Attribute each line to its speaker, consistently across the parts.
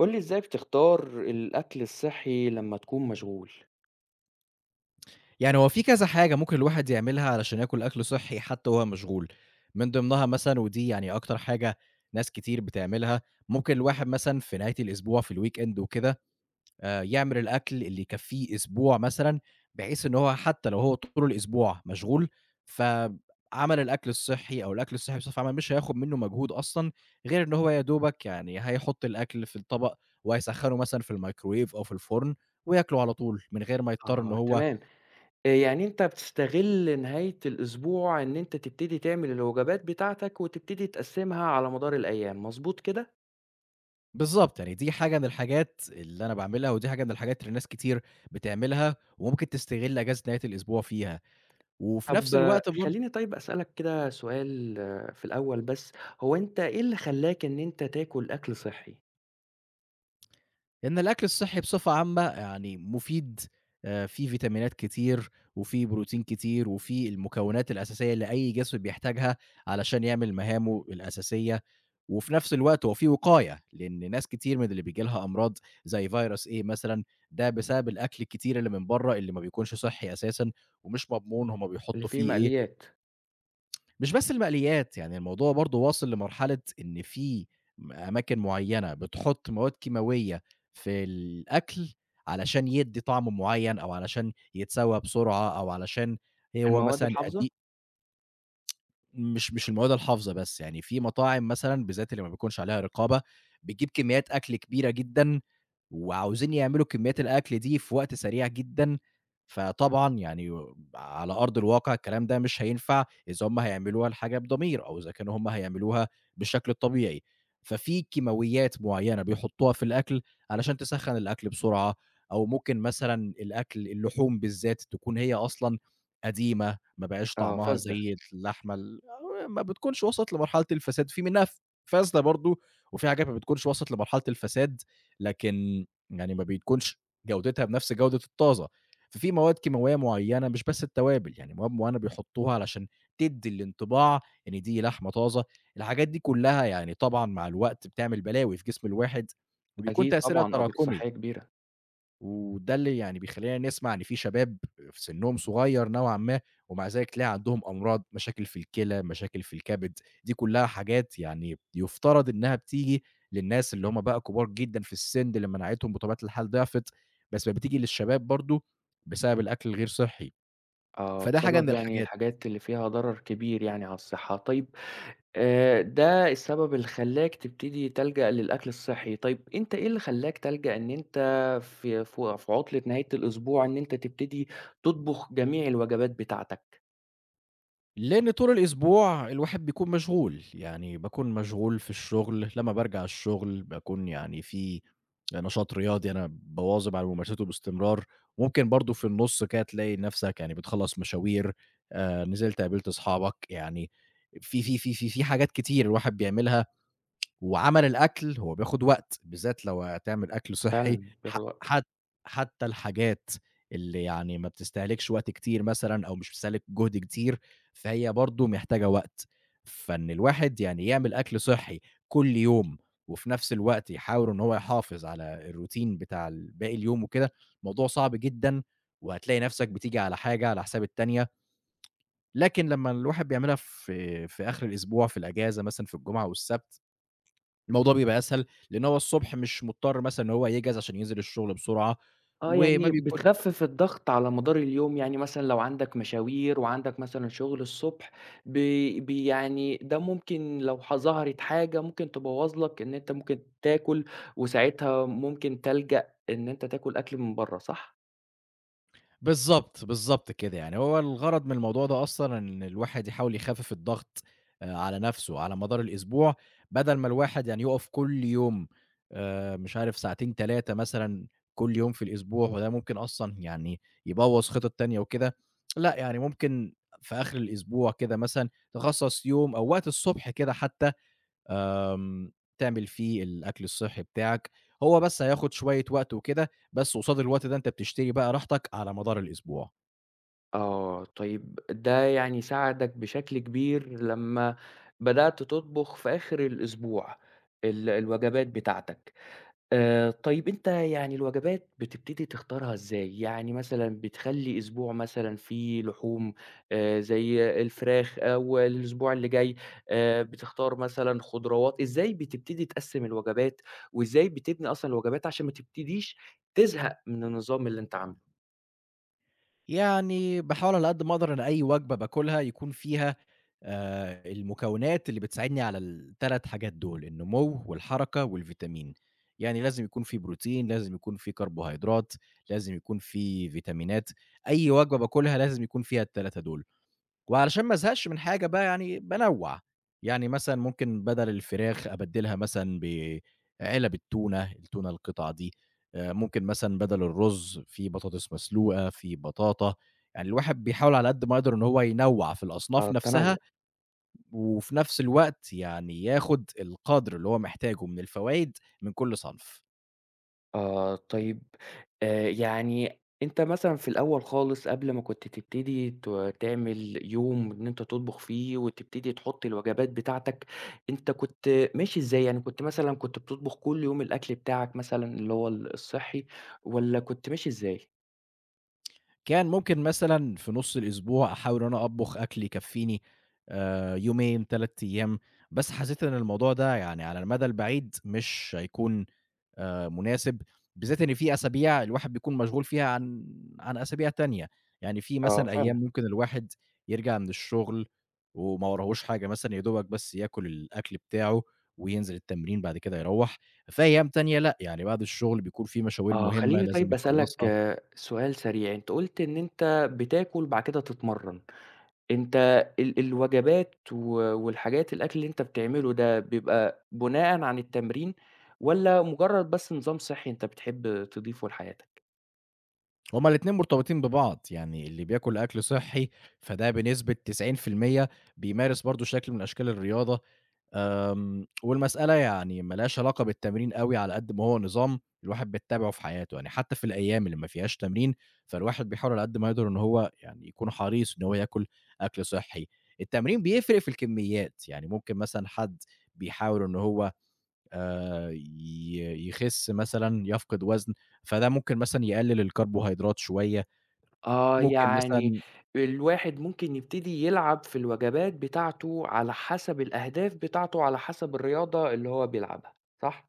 Speaker 1: قُل لي إزاي بتختار الأكل الصحّي لمّا تكون مشغول؟
Speaker 2: يعني هو في كذا حاجة ممكن الواحد يعملها علشان ياكل أكل صحّي حتى وهو مشغول، من ضمنها مثلًا ودي يعني أكتر حاجة ناس كتير بتعملها، ممكن الواحد مثلًا في نهاية الأسبوع في الweekend وكده يعمل الأكل اللي يكفّيه أسبوع مثلًا، بحيث إن هو حتى لو هو طول الأسبوع مشغول، فعمل الأكل الصحّي أو الأكل الصحّي بصفة عامة مش هياخد منه مجهود أصلًا، غير إن هو يا دوبك يعني هيحط الأكل في الطبق وهيسخّنه مثلًا في الميكروويف أو في الفرن وياكله على طول، من غير ما يضطر إن
Speaker 1: آه
Speaker 2: هو.
Speaker 1: تمام. يعني أنت بتستغل نهاية الأسبوع إن أنت تبتدي تعمل الوجبات بتاعتك وتبتدي تقسّمها على مدار الأيام، مضبوط كده؟
Speaker 2: بالضبط، يعني دي حاجة من الحاجات اللي أنا باعملها، ودي حاجة من الحاجات اللي ناس كتير بتعملها، وممكن تستغل أجازة نهاية الأسبوع فيها، وفي نفس
Speaker 1: طَب آه،
Speaker 2: الوقت برضه.
Speaker 1: خلّيني طيب أسألك كده سؤال آه، في الأول بس، هو أنت إيه اللي خلّاك إن أنت تاكل أكل صحّي
Speaker 2: لأن الأكل الصحّي بصفة عامة يعني مفيد، فيه فيتامينات كتير وفيه بروتين كتير وفيه المكونات الأساسية اللي أي جسم بيحتاجها علشان يعمل مهامه الأساسية، وفي نفس الوقت هو فيه وقاية، لإن ناس كتير من اللي بييجي لها أمراض زي virus A مثلًا، ده بسبب الأكل الكتير اللي من برّه اللي ما بيكونش صحّي أساسًا ومش مضمون هم
Speaker 1: اللي
Speaker 2: بيحطّوا
Speaker 1: فيه
Speaker 2: فيه إيه.
Speaker 1: مقليات،
Speaker 2: مش بس المقليات، يعني الموضوع برضه واصل لمرحلة إن في أماكن معيّنة بتحُط مواد كيماوية في الأكل علشان يدّي طعم معيّن أو علشان يتسوّى بسرعة أو علشان هو
Speaker 1: المواد
Speaker 2: مثلًا
Speaker 1: الحافظة؟
Speaker 2: أدي. مش المواد الحافظة بس، يعني في مطاعم مثلًا بالذات اللي ما بيكونش عليها رقابة، بتجيب كميات أكل كبيرة جدًا وعاوزين يعملوا كميات الأكل دي في وقت سريع جدًا، فطبعًا يعني على أرض الواقع الكلام ده مش هينفع إذا هم هيعملوها الحاجة بضمير أو إذا كانوا هم هيعملوها بالشكل الطبيعي، ففي كيماويات معيّنة بيحطوها في الأكل علشان تسخّن الأكل بسرعة، أو ممكن مثلًا الأكل اللحوم بالذات تكون هي أصلًا قديمة، ما بقاش
Speaker 1: آه
Speaker 2: طعمها
Speaker 1: فاسدة.
Speaker 2: زي اللحمة ما بتكونش وصلت لمرحلة الفساد، في منها فاسدة برضه، وفي حاجات ما بتكونش وصلت لمرحلة الفساد، لكن يعني ما بتكونش جودتها بنفس جودة الطازة، ففي مواد كيماوية معيّنة مش بس التوابل، يعني مواد معيّنة بيحطّوها علشان تدّي الانطباع إن دي لحمة طازة، الحاجات دي كلّها يعني طبعًا مع الوقت بتعمل بلاوي في جسم الواحد، وبيكون
Speaker 1: أكيد
Speaker 2: تأثيرها
Speaker 1: طبعًا أضرار
Speaker 2: تراكمي.
Speaker 1: صحية كبيرة.
Speaker 2: وده اللي يعني بيخلّينا نسمع إن في شباب في سنّهم صغيّر نوعًا ما، ومع ذلك تلاقي عندهم أمراض، مشاكل في الكلى، مشاكل في الكبد، دي كلّها حاجات يعني يفترض إنها بتيجي للناس اللي هم بقى كبار جدًا في السن، اللي مناعتهم بطبيعة الحال ضعفت، بس بقت بتيجي للشباب برضه بسبب الأكل الغير صحّي،
Speaker 1: آه
Speaker 2: فده حاجة من
Speaker 1: بسبب يعني
Speaker 2: الحاجات.
Speaker 1: الحاجات اللي فيها ضرر كبير يعني على الصحة، طيب. ده السبب اللي خلّاك تبتدي تلجأ للأكل الصحّي، طيب أنت إيه اللي خلّاك تلجأ إن أنت في عُطلة نهاية الأسبوع إن أنت تبتدي تطبخ جميع الوجبات بتاعتك؟
Speaker 2: لإن طول الأسبوع الواحد بيكون مشغول، يعني باكون مشغول في الشغل، لمّا بارجع الشغل باكون يعني في نشاط رياضي أنا بواظب على ممارسته باستمرار، ممكن برضه في النُص كده تلاقي نَفْسك يعني بتخلّص مشاوير، نزلت قابلت أصحابك، يعني في حاجات كتير الواحد بيعملها وعمل الأكل هو بياخد وقت، بالذات لو هتعمل أكل صحّي
Speaker 1: فعلًا
Speaker 2: ح
Speaker 1: بياخد وقت.
Speaker 2: حت حتى الحاجات اللي يعني ما بتستهلكش وقت كتير مثلًا أو مش بتستهلك جهد كتير، فهي برضه محتاجة وقت. فإن الواحد يعني يعمل أكل صحّي كل يوم، وفي نفس الوقت يحاول إن هو يحافظ على الروتين بتاع ال باقي اليوم وكده، موضوع صعب جدًا، وهتلاقي نفسك بتيجي على حاجة على حساب التانية، لكن لمّا الواحد بيعملها في آخر الأسبوع في الأجازة مثلًا في الجمعة والسبت الموضوع بيبقى أسهل، لإن هو الصبح مش مضطر مثلًا إن هو يجهز عشان ينزل الشغل بسرعة،
Speaker 1: آه،
Speaker 2: وما
Speaker 1: يعني
Speaker 2: بيكون.
Speaker 1: بتخفِّف الضغط على مدار اليوم، يعني مثلًا لو عندك مشاوير وعندك مثلًا شغل الصبح ب ب يعني ده ممكن لو ح ظهرت حاجة ممكن تبوّظ لك إن أنت ممكن تاكل، وساعتها ممكن تلجأ إن أنت تاكل أكل من برّه، صح؟
Speaker 2: بالضبط، بالضبط كده، يعني هو الغرض من الموضوع ده أصلًا إن الواحد يحاول يخفف الضغط على نفسه على مدار الأسبوع، بدل ما الواحد يعني يقف كل يوم مش عارف ساعتين 3 مثلًا كل يوم في الأسبوع، وده ممكن أصلًا يعني يبوظ خطط تانية وكده، لأ يعني ممكن في آخر الأسبوع كده مثلًا تخصص يوم أو وقت الصبح كده حتى آمم، تعمل فيه الأكل الصحّي بتاعك، هو بس هياخد شوية وقت وكده، بس قصاد الوقت ده أنت بتشتري بقى راحتك على مدار الأسبوع.
Speaker 1: آه، طيب ده يعني ساعدك بشكل كبير لمّا بدأت تطبخ في آخر الأسبوع الوجبات بتاعتك. طيب أنت يعني الوجبات بتبتدي تختارها إزاي؟ يعني مثلًا بتخلّي أسبوع مثلًا فيه لحوم زي الفراخ أو الأسبوع اللي جاي بتختار مثلًا خضروات، إزاي بتبتدي تقسّم الوجبات وإزاي بتبني أصلًا الوجبات عشان ما تبتديش تزهق من النظام اللي أنت عامله؟
Speaker 2: يعني باحاول على قد ما أقدر إن أي وجبة باكلها يكون فيها المكونات اللي بتساعدني على ال3 حاجات دول، النمو والحركة والفيتامين. يعني لازم يكون في بروتين، لازم يكون في كربوهيدرات، لازم يكون في فيتامينات، أي وجبة باكلها لازم يكون فيها ال3 دول. وعلشان ما ازهقش من حاجة بقى يعني بانوّع، يعني مثلًا ممكن بدل الفراخ أبدّلها مثلًا بعِلَب التونة، التونة القطع دي، ممكن مثلًا بدل الرز في بطاطس مسلوقة، في بطاطا، يعني الواحد بيحاول على قد ما يقدر إن هو ينوّع في
Speaker 1: آه،
Speaker 2: الأصناف نفسها،
Speaker 1: التنوع.
Speaker 2: وفي نفس الوقت يعني ياخد القدر اللي هو محتاجه من الفوايد من كل صنف.
Speaker 1: آه، طيب. يعني أنت مثلًا في الأول خالص قبل ما كنت تبتدي تعمل يوم إن أنت تطبخ فيه وتبتدي تحط الوجبات بتاعتك، أنت كنت ماشي إزاي؟ يعني كنت مثلًا كنت بتطبخ كل يوم الأكل بتاعك مثلًا اللي هو الصحّي والّا كنت ماشي إزاي؟
Speaker 2: كان ممكن مثلًا في نُص الأسبوع أحاول إن أنا أطبخ أكل يكفّيني يومين، 3 أيام، بس حسيت إن الموضوع ده يعني على المدى البعيد مش هيكون مناسب، بالذات إن في أسابيع الواحد بيكون مشغول فيها عن أسابيع تانية، يعني في
Speaker 1: آه،
Speaker 2: مثلًا أيام
Speaker 1: فعلًا.
Speaker 2: ممكن الواحد يرجع من الشغل وما وراهوش حاجة مثلًا يا دوبك بس ياكل الأكل بتاعه وينزل التمرين بعد كده يروّح، في أيام تانية لأ، يعني بعد الشغل بيكون في مشاوير
Speaker 1: آه،
Speaker 2: مهمة
Speaker 1: خلّيني
Speaker 2: لازم
Speaker 1: طيب أسألك
Speaker 2: يخلّصها.
Speaker 1: آه سؤال سريع، أنت قُلت إن أنت بتاكل بعد كده تتمرّن. أنت الوجبات والحاجات الأكل اللي أنت بتعمله ده بيبقى بناءً عن التمرين والّا مجرد بس نظام صحّي أنت بتحب تضيفه لحياتك؟
Speaker 2: هما الاتنين مرتبطين ببعض، يعني اللي بياكل أكل صحّي فده بنسبة 90% بيمارس برضه شكل من أشكال الرياضة، والمسألة يعني ما لهاش علاقة بالتمرين أوي على قد ما هو نظام الواحد بيتّبعه في حياته، يعني حتى في الأيام اللي ما فيهاش تمرين، فالواحد بيحاول على قد ما يقدر إن هو يعني يكون حريص إن هو ياكل أكل صحّي. التمرين بيفرق في الكميات، يعني ممكن مثلًا حد بيحاول إن هو يخِس مثلًا، يفقد وزن، فده ممكن مثلًا يقلل الكربوهيدرات شوية،
Speaker 1: آه،
Speaker 2: ممكن
Speaker 1: يعني
Speaker 2: مثلًا
Speaker 1: الواحد ممكن يبتدي يلعب في الوجبات بتاعته على حسب الأهداف بتاعته، على حسب الرياضة اللي هو بيلعبها، صح؟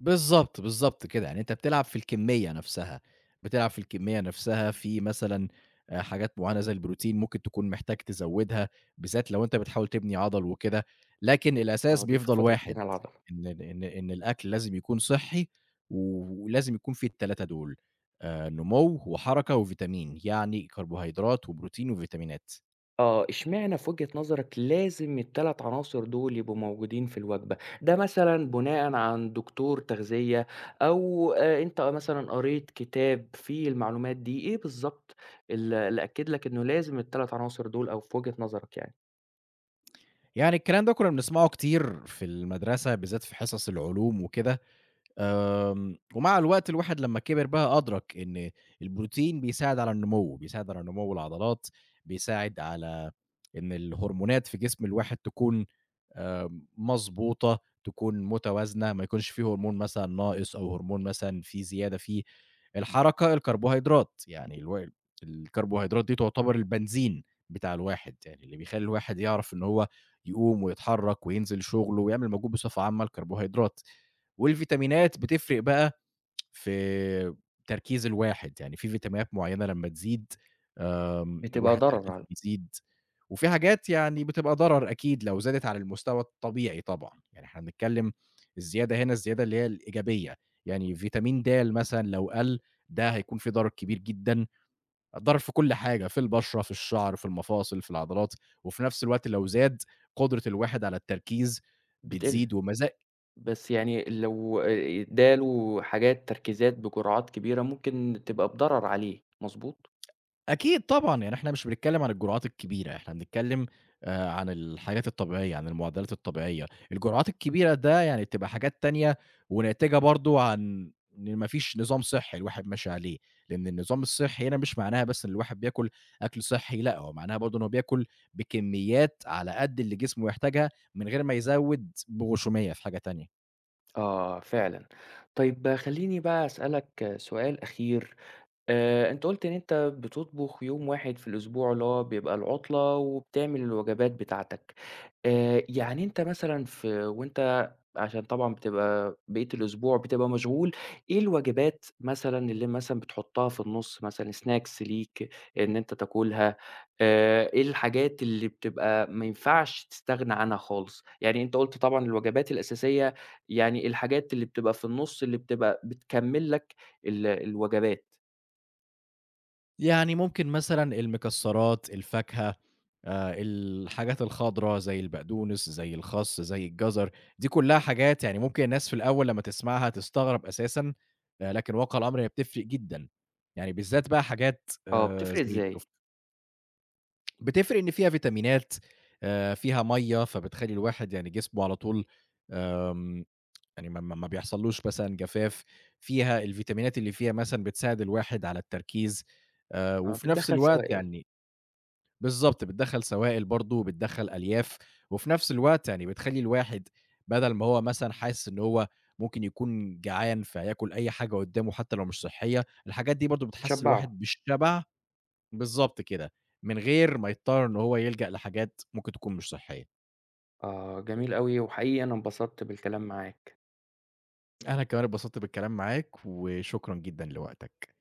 Speaker 2: بالضبط، بالضبط كده، يعني أنت بتلعب في الكمية نفسها، بتلعب في الكمية نفسها في مثلًا حاجات معينة زي البروتين ممكن تكون محتاج تزوّدها، بالذات لو أنت بتحاول تبني عضل وكده، لكن الأساس
Speaker 1: آه، دي في
Speaker 2: بيفضل
Speaker 1: فترة
Speaker 2: واحد،
Speaker 1: بناء العضلة.
Speaker 2: إن ال إن إن الأكل لازم يكون صحّي، ولازم يكون فيه ال3 دول، نمو وحركة وفيتامين، يعني كربوهيدرات وبروتين وفيتامينات.
Speaker 1: آه، إشمعنى في وجهة نظرك لازم ال3 عناصر دول يبقوا موجودين في الوجبة؟ ده مثلًا بناءً عن دكتور تغذية أو أنت مثلًا قريت كتاب فيه المعلومات دي، إيه بالضبط اللي أكد لك إنه لازم ال3 عناصر دول أو في وجهة نظرك يعني؟
Speaker 2: يعني الكلام ده كنا بنسمعه كتير في المدرسة بالذات في حصص العلوم وكده. ومع الوقت الواحد لمّا كبر بقى أدرك إن البروتين بيساعد على النمو، بيساعد على نمو العضلات، بيساعد على إن الهرمونات في جسم الواحد تكون آآ مضبوطة، تكون متوازنة، ما يكونش في هرمون مثلًا ناقص أو هرمون مثلًا في زيادة فيه. الحركة، الكربوهيدرات، يعني الكربوهيدرات دي تعتبر البنزين بتاع الواحد، يعني اللي بيخلّي الواحد يعرف إن هو يقوم ويتحرك وينزل شغله ويعمل مجهود بصفة عامة الكربوهيدرات. والفيتامينات بتفرق بقى في تركيز الواحد، يعني في فيتامينات معينة لمّا تزيد
Speaker 1: بتبقى
Speaker 2: الواحد
Speaker 1: ضرر
Speaker 2: تركيزه
Speaker 1: على
Speaker 2: بيزيد، وفي حاجات يعني بتبقى ضرر أكيد لو زادت على المستوى الطبيعي طبعًا، يعني إحنا بنتكلم الزيادة هنا الزيادة اللي هي الإيجابية، يعني فيتامين د مثلًا لو قَل ده هيكون في ضرر كبير جدًا، ضرر في كل حاجة، في البشرة، في الشعر، في المفاصل، في العضلات، وفي نفس الوقت لو زاد قدرة الواحد على التركيز
Speaker 1: بتقل،
Speaker 2: بتزيد ومزا.
Speaker 1: بس يعني لو ادّاله حاجات تركيزات بجرعات كبيرة ممكن تبقى بضرر عليه، مضبوط؟
Speaker 2: أكيد طبعًا، يعني إحنا مش بنتكلّم عن الجرعات الكبيرة، إحنا بنتكلّم عن الحاجات الطبيعية، عن المعدلات الطبيعية، الجرعات الكبيرة ده يعني بتبقى حاجات تانية وناتجة برضه عن إن ما فيش نظام صحّي الواحد ماشي عليه، لإن النظام الصحّي هنا مش معناها بس إن الواحد بياكل أكل صحّي، لأ، هو معناها برضه إن هو بياكل بكميات على قد اللي جسمه يحتاجها من غير ما يزوّد بغشومية في حاجة تانية.
Speaker 1: آه، فعلًا. طيب خلّيني بقى أسألك سؤال أخير. أنت قُلت إن أنت بتطبخ يوم واحد في الأسبوع اللي هو بيبقى العطلة وبتعمل الوجبات بتاعتك. يعني أنت مثلًا في وأنت عشان طبعًا بتبقى بقية الأسبوع بتبقى مشغول، إيه الوجبات مثلًا اللي مثلًا بتحطها في النُص مثلًا snacks ليك إن أنت تاكلها، إيه الحاجات اللي بتبقى ما ينفعش تستغنى عنها خالص؟ يعني أنت قُلت طبعًا الوجبات الأساسية، يعني الحاجات اللي بتبقى في النُص اللي بتبقى بتكمّل لك الوجبات.
Speaker 2: يعني ممكن مثلًا المكسّرات، الفاكهة، الحاجات الخضرا زي البقدونس، زي الخس، زي الجزر، دي كلّها حاجات يعني ممكن الناس في الأول لمّا تسمعها تستغرب أساسًا، لكن واقع الأمر هي بتفرق جدًا، يعني بالذات بقى حاجات
Speaker 1: آه، بتفرق
Speaker 2: زي التوف.
Speaker 1: إزاي؟
Speaker 2: بتفرق إن فيها فيتامينات، فيها مَيّة، فبتخلّي الواحد يعني جسمه على طول آمم يعني ما بيحصلّوش مثلًا جفاف، فيها الفيتامينات اللي فيها مثلًا بتساعد الواحد على التركيز،
Speaker 1: آه،
Speaker 2: وفي نفس
Speaker 1: بتدخّل
Speaker 2: الوقت
Speaker 1: سوائل،
Speaker 2: يعني بالضبط، بتدخّل سوائل برضه، بتدخّل ألياف، وفي نفس الوقت يعني بتخلّي الواحد بدل ما هو مثلًا حاسس إن هو ممكن يكون جعان فياكل أي حاجة قدّامه حتى لو مش صحية، الحاجات دي برضه بتحسّس
Speaker 1: بتشبّعه.
Speaker 2: الواحد بالشبع. بالضبط كده، من غير ما يضطر إن هو يلجأ لحاجات ممكن تكون مش صحية.
Speaker 1: آه، جميل أوي، وحقيقي أنا انبسطت بالكلام معاك.
Speaker 2: أنا كمان اتبسطت بالكلام معاك، وشكرًا جدًا لوقتك.